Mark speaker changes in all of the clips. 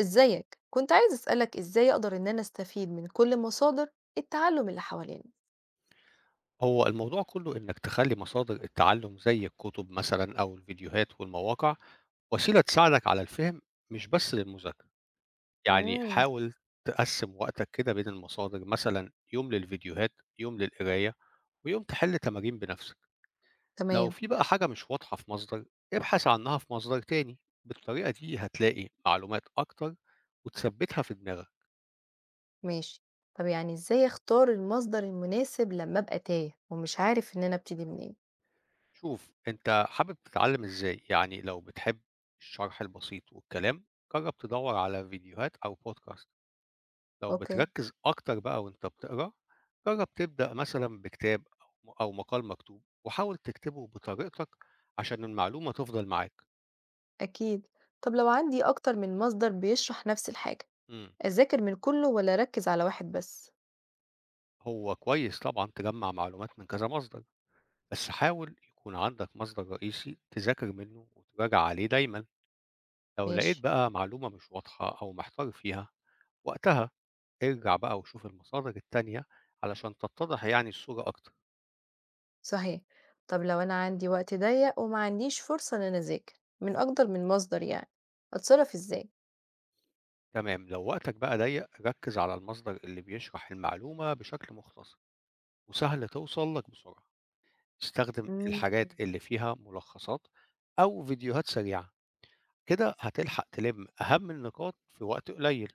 Speaker 1: ازيك، كنت عايز اسالك ازاي اقدر ان انا استفيد من كل مصادر التعلم اللي حوالينا؟
Speaker 2: هو الموضوع كله إنك تخلّي مصادر التعلُّم زي الكُتب مثلًا أو الفيديوهات والمواقع وسيلة تساعدك على الفهم مش بس للمذاكرة، يعني
Speaker 1: امم.
Speaker 2: حاول تقسِّم وقتك كده بين المصادر، مثلًا يوم للفيديوهات، يوم للقراية، ويوم تحِل تمارين بنَفْسك. لو
Speaker 1: تمام.
Speaker 2: في بقى حاجة مش واضحة في مصدر، ابحث عنها في مصدر تاني، بالطريقة دي هتلاقي معلومات أكتر وتثبِّتها في دماغك.
Speaker 1: ماشي. طب يعني ازاي اختار المصدر المناسب لما ابقى تايه ومش عارف ان انا ابتدي منين؟
Speaker 2: شوف أنت حابب تتعلم إزاي؟ يعني لو بتحب الشرح البسيط والكلام جرب تدور على فيديوهات أو بودكاست. لو
Speaker 1: اوكي.
Speaker 2: بتركز أكتر بقى وأنت بتقرأ جرب تبدأ مثلا بكتاب أو مقال مكتوب وحاول تكتبه بطريقتك عشان المعلومة تفضل معاك.
Speaker 1: اكيد. طب لو عندي اكتر من مصدر بيشرح نفس الحاجه
Speaker 2: مم.
Speaker 1: اذاكر من كله ولا اركز على واحد بس؟
Speaker 2: هو كويس طبعا تجمع معلومات من كذا مصدر، بس حاول يكون عندك مصدر رئيسي تذاكر منه وتراجع عليه دايما. لو لقيت
Speaker 1: ماشي.
Speaker 2: بقى معلومة مش واضحة أو محتار فيها وقتها ارجع بقى وشوف المصادر التانية علشان تتضح يعني الصورة أكتر.
Speaker 1: صحيح. طب لو انا عندي وقت ضيق وما عنديش فرصه ان انا اذاكر من اكتر من مصدر يعني اتصرف ازاي؟
Speaker 2: تمام لو وقتك بقى ضيق ركز على المصدر اللي بيشرح المعلومة بشكل مختصر وسهل توصل لك بسرعة. استخدم
Speaker 1: امم.
Speaker 2: الحاجات اللي فيها ملخصات أو فيديوهات سريعة، كده هتلحق تلم أهم النقاط في وقت قليل.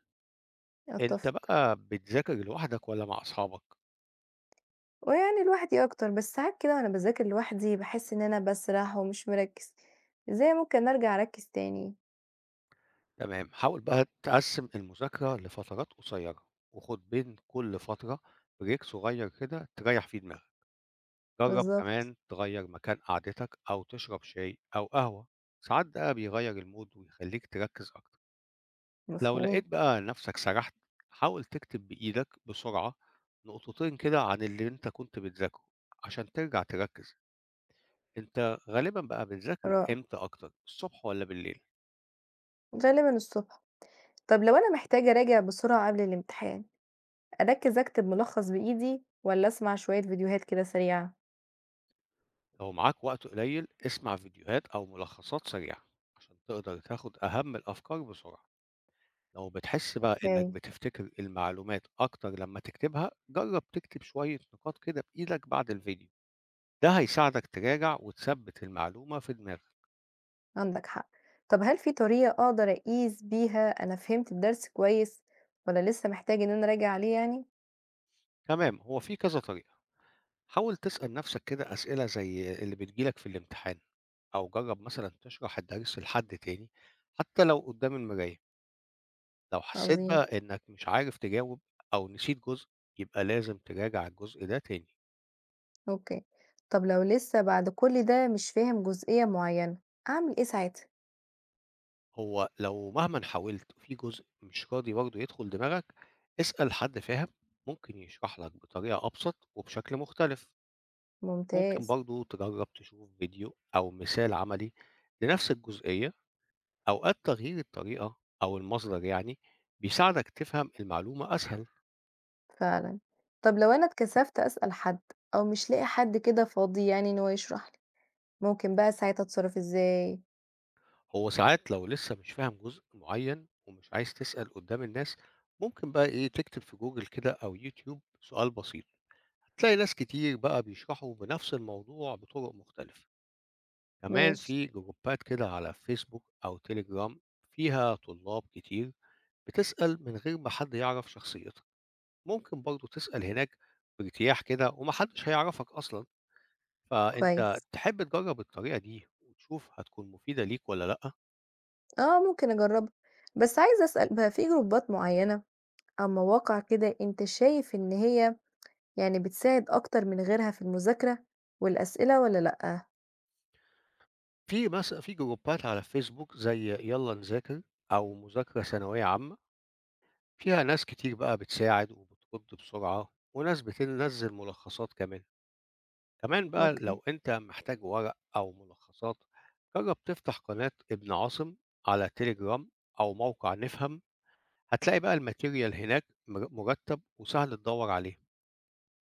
Speaker 2: أنت
Speaker 1: اتفق.
Speaker 2: بقى بتذاكر لوحدك ولا مع أصحابك؟
Speaker 1: ويعني لوحدي أكتر، بس ساعات كده وأنا باذاكر لوحدي باحس إن أنا باسرح ومش مركّز، إزاي ممكن أرجع أركّز تاني؟
Speaker 2: تمام حاول بقى تقسم المذاكرة لفترات قصيرة وخد بين كل فترة بريك صغير كده تريح فيه دماغك. جرّب
Speaker 1: بالضبط.
Speaker 2: كمان تغيّر مكان قعدتك أو تشرب شاي أو قهوة، ساعات ده بيغيّر المود ويخلّيك تركّز أكتر. لو لقيت
Speaker 1: مفهوم.
Speaker 2: بقى نَفْسك سَرحت، حاول تكتب بإيدك بسرعة نقطتين كده عن اللي أنت كنت بتذاكره عشان ترجع تركّز. أنت غالبًا بقى بتذاكر
Speaker 1: رائع.
Speaker 2: إمتى أكتر، الصبح والّا بالليل؟
Speaker 1: غالبًا الصبح. طب لو أنا محتاجة أراجع بسرعة قبل الامتحان، أركّز أكتب ملخص بإيدي والّا أسمع شوية فيديوهات كده سريعة؟
Speaker 2: لو معاك وقت قليل، اسمع فيديوهات أو ملخصات سريعة عشان تقدر تاخُد أهم الأفكار بسرعة. لو بتحس بقى إنك
Speaker 1: هايل.
Speaker 2: بتفتكر المعلومات أكتر لما تكتبها جرب تكتب شوية نقاط كده بإيدك بعد الفيديو، ده هيساعدك تراجع وتثبت المعلومة في دماغك.
Speaker 1: عندك حق. طب هل في طريقة أقدر أقيس بيها أنا فهمت الدرس كويس والّا لسه محتاج إن أنا أراجع عليه يعني؟
Speaker 2: تمام هو في كذا طريقة، حاول تسأل نفسك كده أسئلة زي اللي بتجيلك في الامتحان، أو جرب مثلا تشرح الدرس لحد تاني حتى لو قدام المراية. لو حسيت
Speaker 1: عظيم.
Speaker 2: بقى إنك مش عارف تجاوب أو نسيت جزء يبقى لازم تراجع الجزء ده تاني.
Speaker 1: أوكي. طب لو لسه بعد كل ده مش فاهم جزئية معينة، أعمل إيه ساعتها؟
Speaker 2: هو لو مهمًا حاولت في جزء مش راضي برضه يدخل دماغك، اسأل حد فاهم ممكن يشرح لك بطريقة أبسط وبشكل مختلف. ممكن
Speaker 1: ممتاز.
Speaker 2: برضه تجرب تشوف فيديو أو مثال عملي لنفس الجزئية، أوقات تغيير الطريقة أو المصدر يعني بيساعدك تفهم المعلومة أسهل.
Speaker 1: فعلًا. طب لو أنا اتكسفت أسأل حد أو مش لاقي حد كده فاضي يعني إن هو يشرح لي، ممكن بقى ساعتها أتصرف إزاي؟
Speaker 2: هو ساعات لو لسه مش فاهم جزء معين ومش عايز تسأل قدام الناس، ممكن بقى إيه تكتب في جوجل كده أو يوتيوب سؤال بسيط تلاقي ناس كتير بقى بيشرحوا بنفس الموضوع بطرق مختلفة. كمان
Speaker 1: ماشي.
Speaker 2: في جروبات كده على فيسبوك أو تليجرام فيها طلاب كتير بتسأل من غير ما حد يعرف شخصيتك، ممكن برضو تسأل هناك بارتياح كده ومحدش هيعرفك أصلا. فأنت
Speaker 1: كويس.
Speaker 2: تحب تجرب الطريقة دي وتشوف هتكون مفيدة ليك ولا لأ؟
Speaker 1: آه، ممكن أجربها. بس عايزة أسأل بقى في جروبات معينة أو مواقع كده أنت شايف إن هي يعني بتساعد أكتر من غيرها في المذاكرة والأسئلة والّا لأ؟
Speaker 2: في مثلا في جروبات على فيسبوك زي يلا نذاكر أو مذاكرة ثانوية عامة فيها ناس كتير بقى بتساعد وبترد بسرعة وناس بتنزل ملخصات كمان. كمان بقى
Speaker 1: أوكي.
Speaker 2: لو أنت محتاج ورق أو ملخصات جرب تفتح قناة ابن عاصم على تليجرام أو موقع نفهم، هتلاقي بقى الماتيريال هناك مرتب وسهل تدور عليه.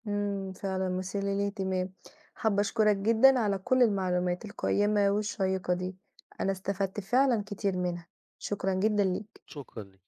Speaker 1: فعلًا مثير للاهتمام. حابة أشكرك جدًا على كل المعلومات القيّمة والشيّقة دي، أنا استفدت فعلًا كتير منها، شكرًا جدًا ليك.
Speaker 2: شكرا.